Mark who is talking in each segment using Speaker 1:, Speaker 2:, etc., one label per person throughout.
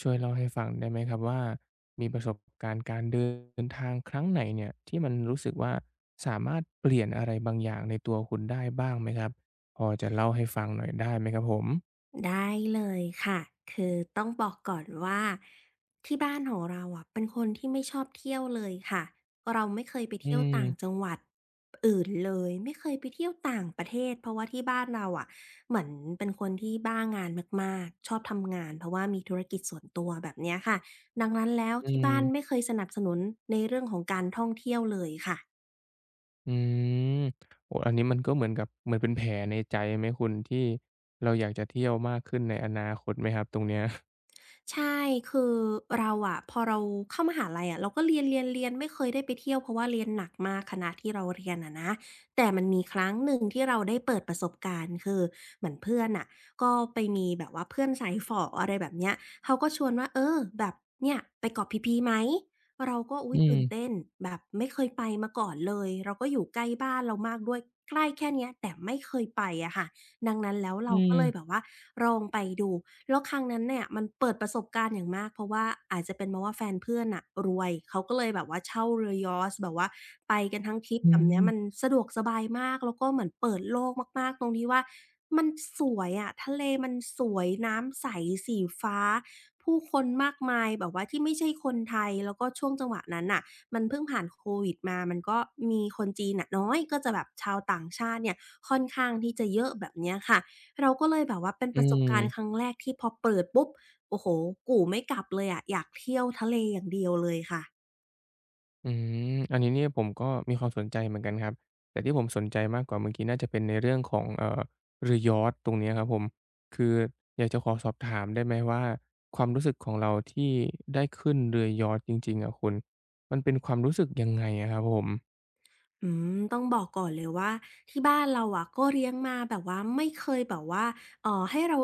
Speaker 1: ช่วยเล่าให้ฟังได้ไหมครับว่ามีประสบการณ์การเดินทางครั้งไหนเนี่ยที่มันรู้สึกว่าสามารถเปลี่ยนอะไรบางอย่างในตัวคุณได้บ้างไหมครับพอจะเล่าให้ฟังหน่อยได้ไหมครับผม
Speaker 2: ได้เลยค่ะ คือต้องบอกก่อนว่าที่บ้านของเราอ่ะเป็นคนที่ไม่ชอบเที่ยวเลยค่ะเราไม่เคยไป
Speaker 1: อื
Speaker 2: เที่ยวต่างจั
Speaker 1: ม
Speaker 2: งหวัดอื่นเลยไม่เคยไปเที่ยวต่างประเทศเพราะว่าที่บ้านเราอะเหมือนเป็นคนที่บ้างานมากๆชอบทำงานเพราะว่ามีธุรกิจส่วนตัวแบบเนี้ยค่ะดังนั้นแล้ว
Speaker 1: อื
Speaker 2: ที่บ้านไม่เค
Speaker 1: ม
Speaker 2: ยสนับสนุนในเรื่องของการท่องเที่ยวเลยค่ะ
Speaker 1: อืมโอ้อันนี้มันก็เหมือนกับเหมือนเป็นแผลในใจไหมคุณที่เราอยากจะเที่ยวมากขึ้นในอนาคตไหมครับตรงเนี้ย
Speaker 2: ใช่ คือเราอะพอเราเข้ามหาลัยอะเราก็เรียนไม่เคยได้ไปเที่ยวเพราะว่าเรียนหนักมากคณะที่เราเรียนอะนะแต่มันมีครั้งหนึ่งที่เราได้เปิดประสบการณ์คือเหมือนเพื่อนน่ะก็ไปมีแบบว่าเพื่อนสายฝ๋ออะไรแบบเนี้ยเขาก็ชวนว่าเออแบบเนี่ยไปเกาะพีพีไหมเราก็อุ๊
Speaker 1: อื
Speaker 2: ยตื่น
Speaker 1: ม
Speaker 2: เต้นแบบไม่เคยไปมาก่อนเลยเราก็อยู่ใกล้บ้านเรามากด้วยใกล้แค่เนี้ยแต่ไม่เคยไปอะค่ะดังนั้นแล้ว
Speaker 1: อื
Speaker 2: เราก็
Speaker 1: ม
Speaker 2: เลยแบบว่าลองไปดู แล้วครั้งนั้นเนี่ยมันเปิดประสบการณ์อย่างมากเพราะว่าอาจจะเป็นเพราะว่าแฟนเพื่อนน่ะรวยเขาก็เลยแบบว่าเช่าเรือยอชต์แบบว่าไปกันทั้งทริป
Speaker 1: อื
Speaker 2: แบบเนี้ยมัน
Speaker 1: ม
Speaker 2: สะดวกสบายมากแล้วก็เหมือนเปิดโลกมากๆตรงที่ว่ามันสวยอะทะเลมันสวยน้ำใสสีฟ้าผู้คนมากมายแบบว่าที่ไม่ใช่คนไทยแล้วก็ช่วงจังหวะนั้นน่ะมันเพิ่งผ่านโควิดมามันก็มีคนจีนน่ะน้อยก็จะแบบชาวต่างชาติเนี่ยค่อนข้างที่จะเยอะแบบเนี้ยค่ะ เราก็เลยแบบว่าเป็นป
Speaker 1: อื
Speaker 2: ระสบการณ์ครั้
Speaker 1: ม
Speaker 2: งแรกที่พอเปิดปุ๊บโอ้โฮกู่ไม่กลับเลยอะอยากเที่ยวทะเลอย่างเดียวเลยค่ะ
Speaker 1: อืมอันนี้เนี่ยผมก็มีความสนใจเหมือนกันครับแต่ที่ผมสนใจมากกว่าเมื่อกี้น่าจะเป็นในเรื่องของเรือยอชต์ตรงเนี้ยครับผมคืออยากจะขอสอบถามได้ไหมว่าความรู้สึกของเราที่ได้ขึ้นเรือยอชต์จริงๆอะคุณมันเป็นความรู้สึกยังไงอะครับผม
Speaker 2: อืมต้องบอกก่อนเลยว่าที่บ้านเราอะก็เลี้ยงมาแบบว่าไม่เคยแบบว่าให้เรา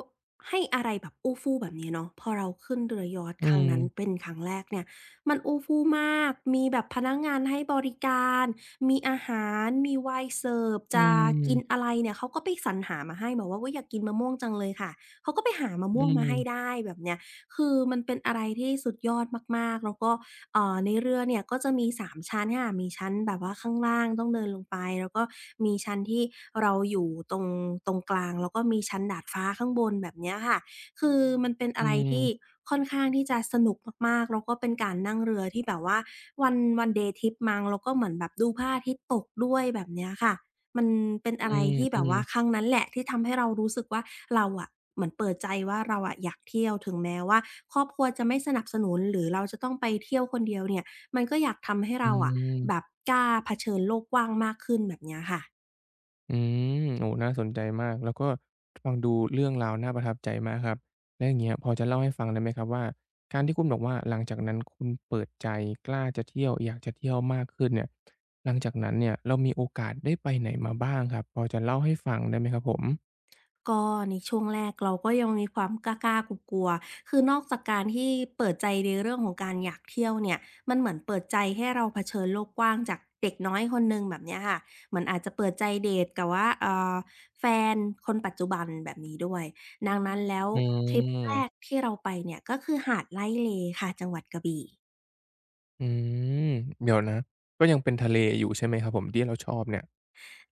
Speaker 2: ให้อะไรแบบอู้ฟู่แบบนี้เนาะพอเราขึ้นเรือยอชต์
Speaker 1: อื
Speaker 2: ครั้งนั้นเป็
Speaker 1: ม
Speaker 2: นครั้งแรกเนี่ยมันอู้ฟู่มากมีแบบพนักงานให้บริการมีอาหารมีไวน์เสิร์ฟ
Speaker 1: อื
Speaker 2: จะกิน
Speaker 1: ม
Speaker 2: อะไรเนี่ยเขาก็ไปสรรหามาให้บอกว่าอุ๊ยอยากกินมะม่วงจังเลยค่ะเขาก็ไปหามะ
Speaker 1: อื
Speaker 2: ม่วงมาให้
Speaker 1: ม
Speaker 2: ได้แบบเนี้ยคือมันเป็นอะไรที่สุดยอดมากๆแล้วก็ ในเรือเนี่ยก็จะมี3ชั้นค่ะมีชั้นแบบว่าข้างล่างต้องเดินลงไปแล้วก็มีชั้นที่เราอยู่ตรงกลางแล้วก็มีชั้นดาดฟ้าข้างบนแบบเนี้ยค่ะคือมันเป็น
Speaker 1: อื
Speaker 2: อะไร
Speaker 1: ม
Speaker 2: ที่ค่อนข้างที่จะสนุกมากๆแล้วก็เป็นการนั่งเรือที่แบบว่า one day trip มั้งแล้วก็เหมือนแบบดูพระอาทิตย์ตกด้วยแบบเนี้ยค่ะ มันเป็น
Speaker 1: อื
Speaker 2: อะไร
Speaker 1: ม
Speaker 2: ที่แบ
Speaker 1: อื
Speaker 2: บ
Speaker 1: ม
Speaker 2: ว่าครั้งนั้นแหละที่ทำให้เรารู้สึกว่าเราอะเหมือนเปิดใจว่าเราอะอยากเที่ยวถึงแม้ว่าครอบครัวจะไม่สนับสนุนหรือเราจะต้องไปเที่ยวคนเดียวเนี่ยมันก็อยากทำให้
Speaker 1: อื
Speaker 2: เราอะแบบ
Speaker 1: ม
Speaker 2: กล้าเผชิญโลกกว้างมากขึ้นแบบเนี้ยค่ะ
Speaker 1: อืมโอ้น่าสนใจมากแล้วก็ฟังดูเรื่องราวน่าประทับใจมากครับแล้วอย่างเงี้ยพอจะเล่าให้ฟังได้ไหมครับว่าการที่คุณบอกว่าหลังจากนั้นคุณเปิดใจกล้าจะเที่ยวอยากจะเที่ยวมากขึ้นเนี่ยหลังจากนั้นเนี่ยเรามีโอกาสได้ไปไหนมาบ้างครับพอจะเล่าให้ฟังได้ไหมครับผม
Speaker 2: ก็ในช่วงแรกเราก็ยังมีความกล้าๆกลัวๆคือนอกจากการที่เปิดใจในเรื่องของการอยากเที่ยวเนี่ยมันเหมือนเปิดใจให้เราเผชิญโลกกว้างจากเด็กน้อยคนหนึ่งแบบเนี้ยค่ะเหมือนอาจจะเปิดใจเดตกับว่าแฟนคนปัจจุบันแบบนี้ด้วยดังนั้นแล้ว
Speaker 1: อื
Speaker 2: ทริปแรก
Speaker 1: ม
Speaker 2: ที่เราไปเนี่ยก็คือหาดไร่เลค่ะจังหวัดกระบี่
Speaker 1: อืมเดี๋ยวนะก็ยังเป็นทะเลอยู่ใช่ไหมครับผมที่เราชอบเนี่ย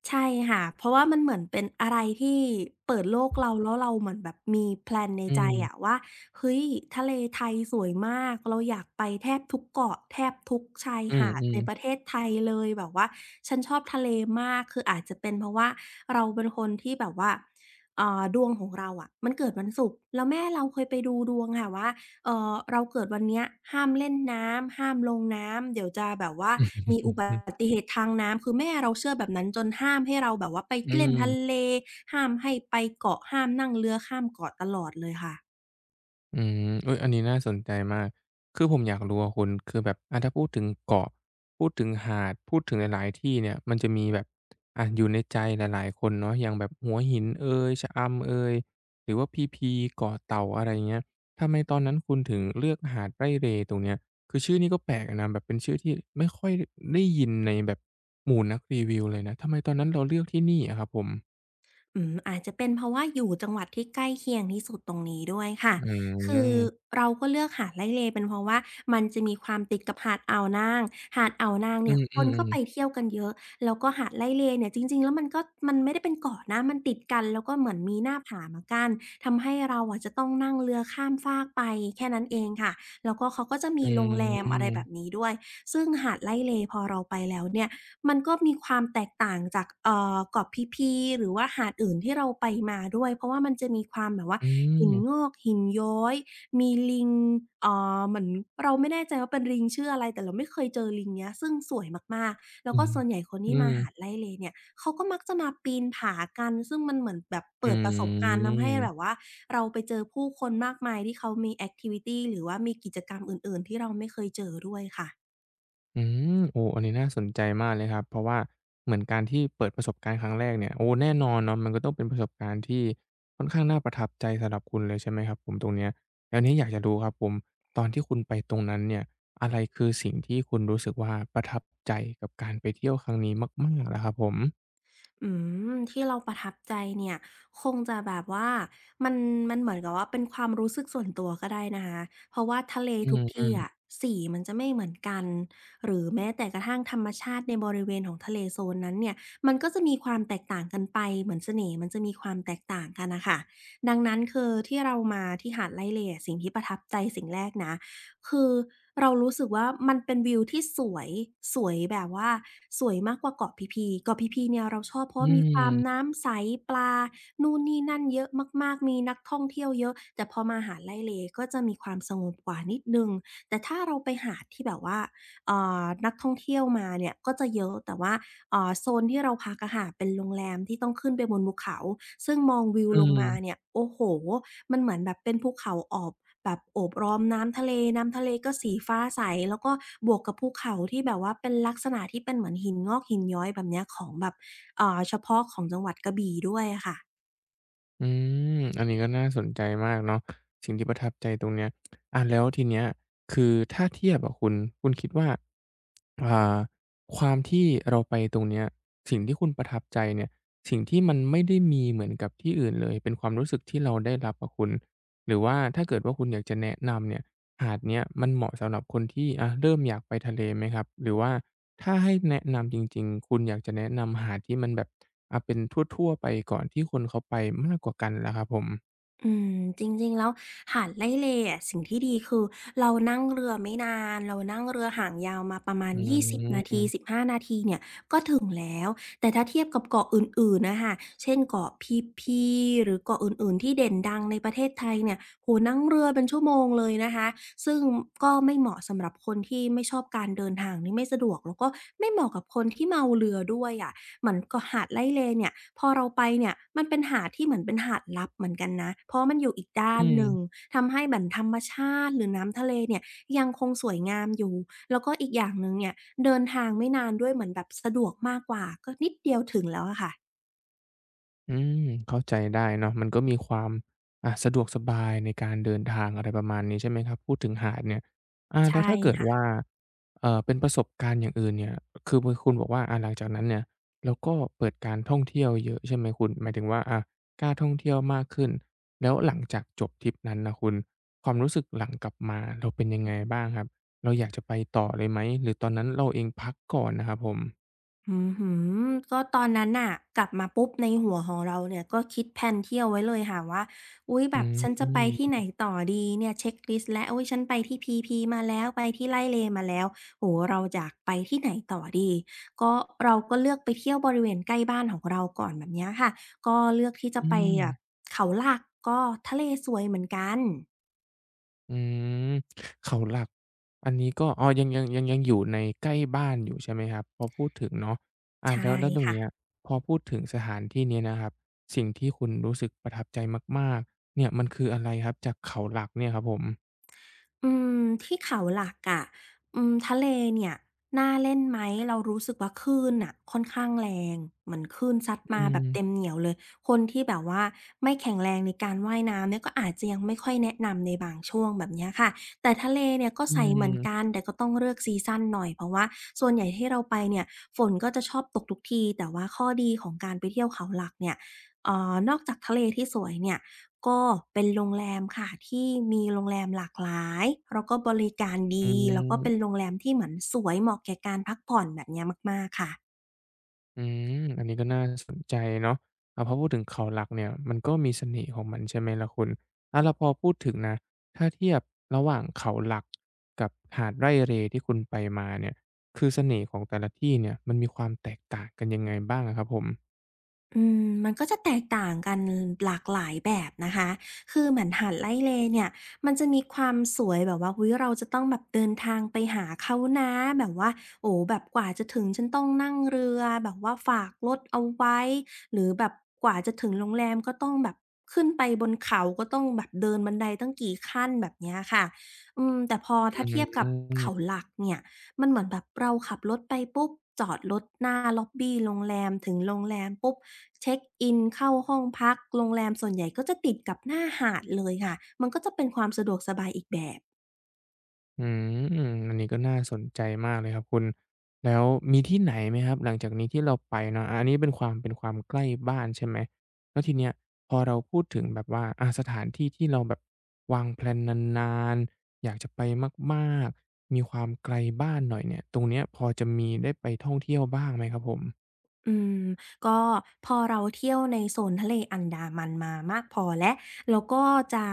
Speaker 2: ใช่ค่ะเพราะว่ามันเหมือนเป็นอะไรที่เปิดโลกเราแล้วเราเหมือนแบบมีแพลนใน
Speaker 1: อื
Speaker 2: ใจอะ
Speaker 1: ม
Speaker 2: ว่าเฮ้ยทะเลไทยสวยมากเราอยากไปแทบทุกเกาะแทบทุกชาย
Speaker 1: อื
Speaker 2: หาดใน
Speaker 1: ม
Speaker 2: ประเท
Speaker 1: ๆ
Speaker 2: ศไทยเลยแบบว่าฉันชอบทะเลมากคืออาจจะเป็นเพราะว่าเราเป็นคนที่แบบว่าดวงของเราอะมันเกิดวันศุกร์แล้วแม่เราเคยไปดูดวงค่ะว่า เราเกิดวันเนี้ยห้ามเล่นน้ำห้ามลงน้ำเดี๋ยวจะแบบว่ามีอุบั
Speaker 1: อือ
Speaker 2: ติเหตุทางน้ำคือแม่เราเชื่อแบบนั้นจนห้ามให้เราแบบว่าไป
Speaker 1: อื
Speaker 2: เล่น
Speaker 1: ม
Speaker 2: ทะเลห้ามให้ไปเกาะห้ามนั่งเรือข้ามเกาะตลอดเลยค่ะ
Speaker 1: เอุยอันนี้น่าสนใจมากคือผมอยากรู้อะคุณคือแบบถ้าพูดถึงเกาะพูดถึงหาดพูดถึงหลายๆที่เนี่ยมันจะมีแบบอยู่ในใจหลายๆคนเนาะอย่างแบบหัวหินเอยชะอำเอยหรือว่าพีพีเกาะเต่าอะไรอย่างเงี้ยทำไมตอนนั้นคุณถึงเลือกหาดไร่เรตรงเนี้ยคือชื่อนี้ก็แปลกอะนะแบบเป็นชื่อที่ไม่ค่อยได้ยินในแบบหมู่นักรีวิวเลยนะทำไมตอนนั้นเราเลือกที่นี่อะครับผม
Speaker 2: อืมอาจจะเป็นเพราะว่าอยู่จังหวัดที่ใกล้เคียงที่สุดตรงนี้ด้วยค่ะ
Speaker 1: อื
Speaker 2: คือ
Speaker 1: ม
Speaker 2: เราก็เลือกหาดไร่เลเป็นเพราะว่ามันจะมีความติดกับหาดอ่าวนางหาดอ่าวนางเนี่ยค
Speaker 1: อื
Speaker 2: น
Speaker 1: อ
Speaker 2: ก็
Speaker 1: ๆ
Speaker 2: ไป
Speaker 1: ๆ
Speaker 2: เที่ยวกันเยอะแล้วก็หาดไร่เลเนี่ยจริงๆแล้วมันก็มันไม่ได้เป็นเกาะนะมันติดกันแล้วก็เหมือนมีหน้าผามากั้นทำให้เราอะจะต้องนั่งเรือข้ามฟากไปแค่นั้นเองค่ะแล้วก็เขาก็จะมี
Speaker 1: อื
Speaker 2: โรงแรมอะไรแบบ
Speaker 1: ม
Speaker 2: นี้ด้วยซึ่งหาดไร่เลพอเราไปแล้วเนี่ย มันก็มีความแตกต่างจากเกาะพีพีหรือว่าหาดอื่นที่เราไปมาด้วยเพราะว่ามันจะมีความแบบว่า
Speaker 1: อื
Speaker 2: หินง
Speaker 1: ม
Speaker 2: อกหินย้อยมีลิงเอ่เหมือนเราไม่แน่ใจว่าเป็นลิงชื่ออะไรแต่เราไม่เคยเจอลิงเนี้ยซึ่งสวยมากๆแล้ว
Speaker 1: อื
Speaker 2: ก็
Speaker 1: ม
Speaker 2: ส่วนใหญ่คน
Speaker 1: อื
Speaker 2: ที่มา
Speaker 1: ม
Speaker 2: หาดไร่เลเนี่ยเขาก็มักจะมาปีนผากันซึ่งมันเหมือนแบบ
Speaker 1: อื
Speaker 2: เปิดประสบการณ์ทำให้แบบ
Speaker 1: ม
Speaker 2: ว่าเราไปเจอผู้คนมากมายที่เขามีแอกทิวิตีหรือว่ามีกิจกรรมอื่นๆที่เราไม่เคยเจอด้วยค่ะ
Speaker 1: อืมโอ้อันนี้น่าสนใจมากเลยครับ เพราะว่าเหมือนการที่เปิดประสบการณ์ครั้งแรกเนี่ยโอ้แน่นอนเนาะมันก็ต้องเป็นประสบการณ์ที่ค่อนข้างน่าประทับใจสำหรับคุณเลยใช่ไหมครับผมตรงเนี้ยแล้วนี้อยากจะรู้ครับผมตอนที่คุณไปตรงนั้นเนี่ยอะไรคือสิ่งที่คุณรู้สึกว่าประทับใจกับการไปเที่ยวครั้งนี้มากๆล่ะครับผม
Speaker 2: อืมที่เราประทับใจเนี่ยคงจะแบบว่ามันมันเหมือนกับว่าเป็นความรู้สึกส่วนตัวก็ได้นะคะเพราะว่าทะเล
Speaker 1: อื
Speaker 2: ทุกที่
Speaker 1: ม
Speaker 2: อะสีมันจะไม่เหมือนกันหรือแม้แต่กระทั่งธรรมชาติในบริเวณของทะเลโซนนั้นเนี่ยมันก็จะมีความแตกต่างกันไปเหมือนเสน่ห์มันจะมีความแตกต่างกันน่ะค่ะดังนั้นคือที่เรามาที่หาดไร่เลอะสิ่งที่ประทับใจสิ่งแรกนะ คือเรารู้สึกว่ามันเป็นวิวที่สวยสวยแบบว่าสวยมากกว่าเกาะพีพีเกาะพีพีเนี่ยเราชอบเพ
Speaker 1: ๆ
Speaker 2: ราะ
Speaker 1: อื
Speaker 2: ว่ามีความ
Speaker 1: ม
Speaker 2: น้ำใสปลานู่นนี่นั่นเยอะมากๆมีนักท่องเที่ยวเยอะแต่พอมาหาดไร่เลก็จะมีความสงบกว่านิดหนึ่งแต่ถ้าเราไปหาดที่แบบว่านักท่องเที่ยวมาเนี่ยก็จะเยอะแต่ว่าโซนที่เราพักอะค่ะเป็นโรงแรมที่ต้องขึ้นไปบนภูเขาซึ่งมองวิว
Speaker 1: อื
Speaker 2: ลง
Speaker 1: ม
Speaker 2: มาเนี่ยโอ้โฮมันเหมือนแบบเป็นภูเขาออบ แบบโอบล้อมน้ำทะเลน้ำทะเลก็สีฟ้าใสแล้วก็บวกกับภูเขาที่แบบว่าเป็นลักษณะที่เป็นเหมือนหินงอกหินย้อยแบบเนี้ยของแบบเฉพาะของจังหวัดกระบี่ด้วยอะค่ะ
Speaker 1: อืมอันนี้ก็น่าสนใจมากเนาะสิ่งที่ประทับใจตรงเนี้ยแล้วทีเนี้ยคือถ้าเทียบอะคุณคุณคิดว่าอ่าความที่เราไปตรงเนี้ยสิ่งที่คุณประทับใจเนี่ยสิ่งที่มันไม่ได้มีเหมือนกับที่อื่นเลยเป็นความรู้สึกที่เราได้รับอะคุณ หรือว่าถ้าเกิดว่าคุณอยากจะแนะนำเนี่ยหาดเนี้ยมันเหมาะสำหรับคนที่เริ่มอยากไปทะเลไหมครับหรือว่าถ้าให้แนะนำจริงๆคุณอยากจะแนะนำหาดที่มันแบบเป็นทั่วๆไปก่อนที่คนเขาไปมากกว่ากันล่ะครับผม
Speaker 2: อืมจริงๆแล้วหาดไร่เลอะสิ่งที่ดีคือเรานั่งเรือไม่นานเรานั่งเรือหางยาวมาประมาณ
Speaker 1: อื
Speaker 2: ยี่สิ0นาที
Speaker 1: ม
Speaker 2: 15นาทีเนี่ยก็ถึงแล้วแต่ถ้าเทียบกับเกาะอื่นๆน่ะค่ะเช่นเกาะพีพีหรือเกาะอื่นๆที่เด่นดังในประเทศไทยเนี่ยโอ้โฮนั่งเรือเป็นชั่วโมงเลยนะคะซึ่งก็ไม่เหมาะสำหรับคนที่ไม่ชอบการเดินทางนี่ไม่สะดวกแล้วก็ไม่เหมาะกับคนที่เมาเรือด้วยอะ เหมือนเกาะหาดไล่เลเนี่ยพอเราไปเนี่ยมันเป็นหาดที่เหมือนเป็นหาดลับเหมือนกันนะเพราะมันอยู่อีกด้า
Speaker 1: อื
Speaker 2: นหนึ่ง
Speaker 1: ม
Speaker 2: ทำให้เหมือนธรรมชาติหรือน้ำทะเลเนี่ยยังคงสวยงามอยู่แล้วก็อีกอย่างหนึ่งเนี่ยเดินทางไม่นานด้วยเหมือนแบบสะดวกมากกว่าก็นิดเดียวถึงแล้วอะค่ะ
Speaker 1: อืมเข้าใจได้เนาะมันก็มีความสะดวกสบายในการเดินทางอะไรประมาณนี้ใช่ไหมครับพูดถึงหาดเนี่ย
Speaker 2: ใช่
Speaker 1: แล้วถ้าเกิดว่า
Speaker 2: ค่ะ
Speaker 1: เป็นประสบการณ์อย่างอื่นเนี่ยคือบคุณบอกว่าหลังจากนั้นเนี่ยเราก็เปิดการท่องเที่ยวเยอะใช่ไหมคุณหมายถึงว่ากล้าท่องเที่ยวมากขึ้นแล้วหลังจากจบทริปนั้นน่ะคุณความรู้สึกหลังกลับมาเราเป็นยังไงบ้างครับเราอยากจะไปต่อเลยไหมหรือตอนนั้นเราเองพักก่อนนะครับผม
Speaker 2: อืมอฮือก็ตอนนั้นน่ะกลับมาปุ๊บในหัวของเราเนี่ยก็คิดแพนเที่ยวไว้เลยค่ะว่าอุ๊ยแบ
Speaker 1: อื
Speaker 2: บฉันจะไป
Speaker 1: ม
Speaker 2: ที่ไหนต่อดีเนี่ยเช็คลิสต์แล้วอุ๊ยฉันไปที่พีพีมาแล้วไปที่ไร่เลมาแล้วโอ้โฮเราอยากไปที่ไหนต่อดีก็เราก็เลือกไปเที่ยวบริเวณใกล้บ้านของเราก่อนแบบเนี้ยค่ะก็เลือกที่จะ
Speaker 1: อื
Speaker 2: ไป
Speaker 1: ม
Speaker 2: แบบเขาหลักก็ทะเลสวยเหมือนกัน
Speaker 1: อืมเขาหลักอันนี้ก็อ๋อยังอยู่ในใกล้บ้านอยู่ใช่ไหมครับพอพูดถึงเนาะ
Speaker 2: ใช่
Speaker 1: แล้วตรงเนี้ย
Speaker 2: ค่ะ
Speaker 1: พอพูดถึงสถานที่เนี้ยนะครับสิ่งที่คุณรู้สึกประทับใจมากๆเนี่ยมันคืออะไรครับจากเขาหลักเนี่ยครับผม
Speaker 2: อืมที่เขาหลักอะอืมทะเลเนี่ยน่าเล่นไหมเรารู้สึกว่าคลื่นน่ะค่อนข้างแรงเหมือนคลื่นซัด
Speaker 1: อื
Speaker 2: มาแบบเต็ม
Speaker 1: ม
Speaker 2: เหนียวเลยคนที่แบบว่าไม่แข็งแรงในการว่ายน้ำเนี่ยก็อาจจะยังไม่ค่อยแนะนำในบางช่วงแบบเนี้ยค่ะแต่ทะเลเนี่ยก็
Speaker 1: อื
Speaker 2: ใสเหมือนกัน
Speaker 1: ม
Speaker 2: แต่ก็ต้องเลือกซีซันหน่อยเพราะว่าส่วนใหญ่ที่เราไปเนี่ยฝนก็จะชอบตกทุกทีแต่ว่าข้อดีของการไปเที่ยวเขาหลักเนี่ยนอกจากทะเลที่สวยเนี่ย ก็เป็นโรงแรมค่ะที่มีโรงแรมหลากหลายแล้วก็บริการ
Speaker 1: อื
Speaker 2: ดีแล้วก็เป็น
Speaker 1: ม
Speaker 2: โรงแรมที่เหมือนสวยเหมาะแก่การพักผ่อนแบบเนี้ยมากๆค่ะ
Speaker 1: อืมอันนี้ก็น่าสนใจเนาะพอพูดถึงเขาหลักเนี่ยมันก็มีเสน่ห์ของมันใช่ไหมล่ะคุณแล้วพอพูดถึงนะถ้าเทียบระหว่างเขาหลักกับหาดไร่เรที่คุณไปมาเนี่ยคือเสน่ห์ของแต่ละที่เนี่ยมันมีความแตกต่างกันยังไงบ้างอะครับผม
Speaker 2: มันก็จะแตกต่างกันหลากหลายแบบนะคะคือเหมือนหาดไร่เลเนี่ยมันจะมีความสวยแบบว่าอุยเราจะต้องแบบเดินทางไปหาเขานะแบบว่าโอ้แบบกว่าจะถึงฉันต้องนั่งเรือแบบว่าฝากรถเอาไว้ หรือแบบกว่าจะถึงโรงแรมก็ต้องแบบขึ้นไปบนเขาก็ต้องแบบเดินบันไดตั้งกี่ขั้นแบบเนี้ยค่ะแต่พอ
Speaker 1: อื
Speaker 2: ถ้าเทียบกับเขา
Speaker 1: ม
Speaker 2: หลักเนี่ยมันเหมือนแบบเราขับรถไปปุ๊บจอดรถหน้าล็อบบีโรงแรมถึงโรงแรมปุ๊บ เช็คอินเข้าห้องพักโรงแรมส่วนใหญ่ก็จะติดกับหน้าหาดเลยค่ะ มันก็จะเป็นความสะดวกสบายอีกแบบ
Speaker 1: อืมอันนี้ก็น่าสนใจมากเลยครับคุณแล้วมีที่ไหนไหมครับหลังจากนี้ที่เราไปเนาะอันนี้เป็นความใกล้บ้านใช่ไหมแล้วทีเนี้ยพอเราพูดถึงแบบว่าสถานที่ที่เราแบบวางแพลนนานๆอยากจะไปมากๆมีความไกลบ้านหน่อยเนี่ยตรงเนี้ยพอจะมีได้ไปท่องเที่ยวบ้างไหมครับผม
Speaker 2: อืมก็พอเราเที่ยวในโซนทะเลอันดามันมามากพอแล้วเราก็จะ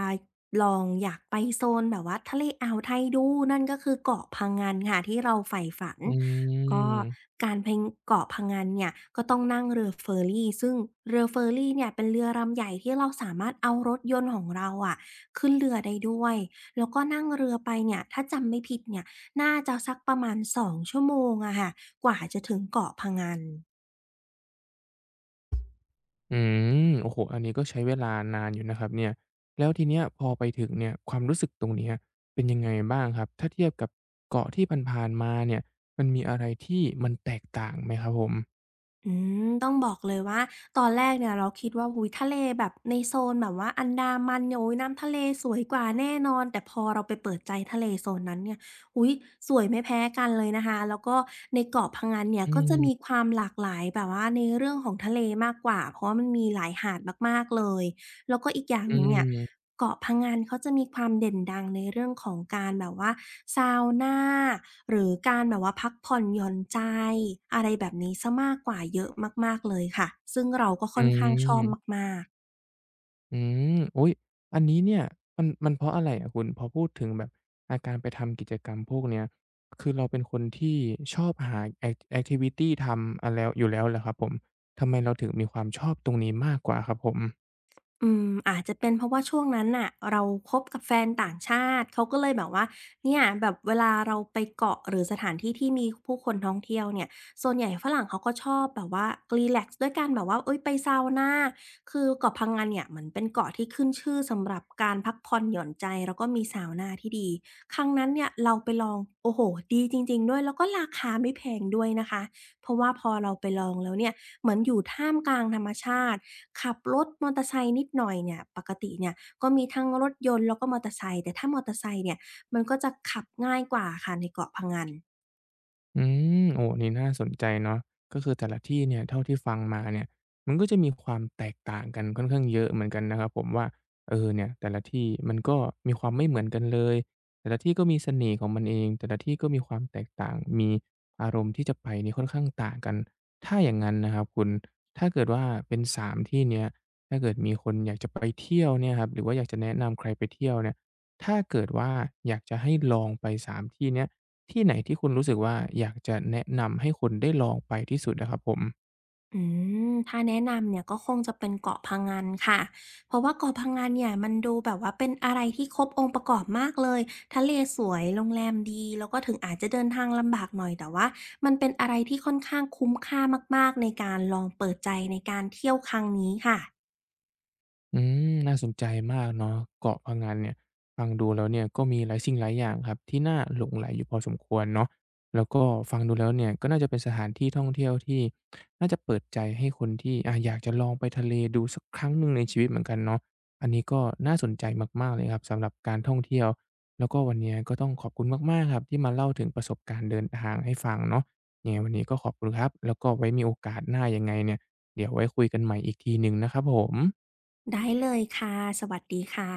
Speaker 2: ลองอยากไปโซนแบบว่าทะเลอ่าวไทยดูนั่นก็คือเกาะพะงันค่ะที่เราใฝ่ฝัน
Speaker 1: อื
Speaker 2: ก็
Speaker 1: ม
Speaker 2: การไปเกาะพะงันเนี่ยก็ต้องนั่งเรือเฟอร์รีซึ่งเรือเฟอร์รีเนี่ยเป็นเรือลำใหญ่ที่เราสามารถเอารถยนต์ของเราอะขึ้นเรือได้ด้วยแล้วก็นั่งเรือไปเนี่ยถ้าจำไม่ผิดเนี่ยน่าจะสักประมาณ2 ชั่วโมงอะค่ะกว่าจะถึงเกาะพะงัน
Speaker 1: อืมโอ้โฮอันนี้ก็ใช้เวลานานอยู่นะครับเนี่ยแล้วทีเนี้ยพอไปถึงเนี่ยความรู้สึกตรงเนี้ยเป็นยังไงบ้างครับถ้าเทียบกับเกาะที่ผ่านๆมาเนี่ยมันมีอะไรที่มันแตกต่างไหมครับผม
Speaker 2: อืต้องบอกเลยว่าตอนแรกเนี่ยเราคิดว่าอุ๊ยทะเลแบบในโซนแบบว่าอันดามันเนี่ยอุ๊ยน้ำทะเลสวยกว่าแน่นอนแต่พอเราไปเปิดใจทะเลโซนนั้นเนี่ยอุ๊ยสวยไม่แพ้กันเลยนะคะแล้วก็ในเกาะพะงันเนี่ย
Speaker 1: อื
Speaker 2: ก็จะมีค
Speaker 1: ม
Speaker 2: วามหลากหลายแบบว่าในเรื่องของทะเลมากกว่าเพราะว่ามันมีหลายหาดมากๆเลย แล้วก็อีกอย่าง
Speaker 1: อื
Speaker 2: หนึ่งเนี่ย
Speaker 1: ม
Speaker 2: เกาะพะงันเขาจะมีความเด่นดังในเรื่องของการแบบว่าซาวนาหรือการแบบว่าพักผ่อนหย่อนใจอะไรแบบนี้เสียมากกว่าเยอะมากๆเลยค่ะซึ่งเราก็ค่
Speaker 1: อื
Speaker 2: อนข้างชอบ
Speaker 1: ม
Speaker 2: มากๆ
Speaker 1: อืมอุ๊ยอันนี้เนี่ยมันเพราะอะไรอะคุณพอพูดถึงแบบการไปทำกิจกรรมพวกเนี้ยคือเราเป็นคนที่ชอบหาแอกทิวิตีทำอะแล้วอยู่แล้วเหรอครับผมทำไมเราถึงมีความชอบตรงนี้มากกว่าครับผม
Speaker 2: อาจจะเป็นเพราะว่าช่วงนั้นน่ะเราคบกับแฟนต่างชาติเขาก็เลยแบบว่าเนี่ยแบบเวลาเราไปเกาะหรือสถานที่ที่มีผู้คนท่องเที่ยวเนี่ยส่วนใหญ่ฝรั่งเขาก็ชอบแบบว่ารีแลกซ์ด้วยการแบบว่าเฮ้ยไปซาวนาคือเกาะพังงันเนี่ยเหมือนเป็นเกาะที่ขึ้นชื่อสำหรับการพักผ่อนหย่อนใจแล้วก็มีซาวนาที่ดีครั้งนั้นเนี่ยเราไปลองโอ้โฮดีจริงๆด้วยแล้วก็ราคาไม่แพงด้วยนะคะเพราะว่าพอเราไปลองแล้วเนี่ย เหมือนอยู่ท่ามกลางธรรมชาติขับรถมอเตอร์ไซค์นิดหน่อยเนี่ยปกติเนี่ยก็มีทั้งรถยนต์แล้วก็มอเตอร์ไซค์แต่ถ้ามอเตอร์ไซค์เนี่ยมันก็จะขับง่ายกว่าค่ะในเกาะพะงัน
Speaker 1: อืมโอ้นี่น่าสนใจเนาะก็คือแต่ละที่เนี่ยเท่าที่ฟังมาเนี่ยมันก็จะมีความแตกต่างกันค่อนข้างเยอะเหมือนกันนะครับผมว่าเออเนี่ยแต่ละที่มันก็มีความไม่เหมือนกันเลยแต่ละที่ก็มีเสน่ห์ของมันเองแต่ละที่ก็มีความแตกต่างมีอารมณ์ที่จะไปนี่ค่อนข้างต่างกันถ้าอย่างนั้นนะครับคุณถ้าเกิดว่าเป็น3ที่เนี้ยถ้าเกิดมีคนอยากจะไปเที่ยวเนี่ยครับหรือว่าอยากจะแนะนำใครไปเที่ยวเนี่ยถ้าเกิดว่าอยากจะให้ลองไป3ที่เนี้ย ที่ไหนที่คุณรู้สึกว่าอยากจะแนะนำให้คนได้ลองไปที่สุดนะครับผม
Speaker 2: อืถ้าแนะนำเนี่ยก็คงจะเป็นเกาะพะงันค่ะเพราะว่าเกาะพะงันเนี่ยมันดูแบบว่าเป็นอะไรที่ครบองค์ประกอบมากเลยทะเลสวยโรงแรมดีแล้วก็ถึงอาจจะเดินทางลำบากหน่อยแต่ว่ามันเป็นอะไรที่ค่อนข้างคุ้มค่ามากๆในการลองเปิดใจในการเที่ยวครั้งนี้ค่ะ
Speaker 1: อืมน่าสนใจมากเนาะเกาะพะงันเนี่ยฟังดูแล้วเนี่ยก็มีหลายสิ่งหลายอย่างครับที่น่าหลงใหลอยู่พอสมควรเนาะแล้วก็ฟังดูแล้วเนี่ยก็น่าจะเป็นสถานที่ท่องเที่ยวที่น่าจะเปิดใจให้คนที่อยากจะลองไปทะเลดูสักครั้งหนึ่งในชีวิตเหมือนกันเนาะอันนี้ก็น่าสนใจมากๆเลยครับสำหรับการท่องเที่ยวแล้วก็วันเนี้ยก็ต้องขอบคุณมากๆครับที่มาเล่าถึงประสบการณ์เดินทางให้ฟังเนาะยังไงวันนี้ก็ขอบคุณครับแล้วก็ไว้มีโอกาสหน้ายังไงเนี่ยเดี๋ยวไว้คุยกันใหม่อีกทีหนึ่งนะครับผม
Speaker 2: ได้เลยค่ะ สวัสดีค่ะ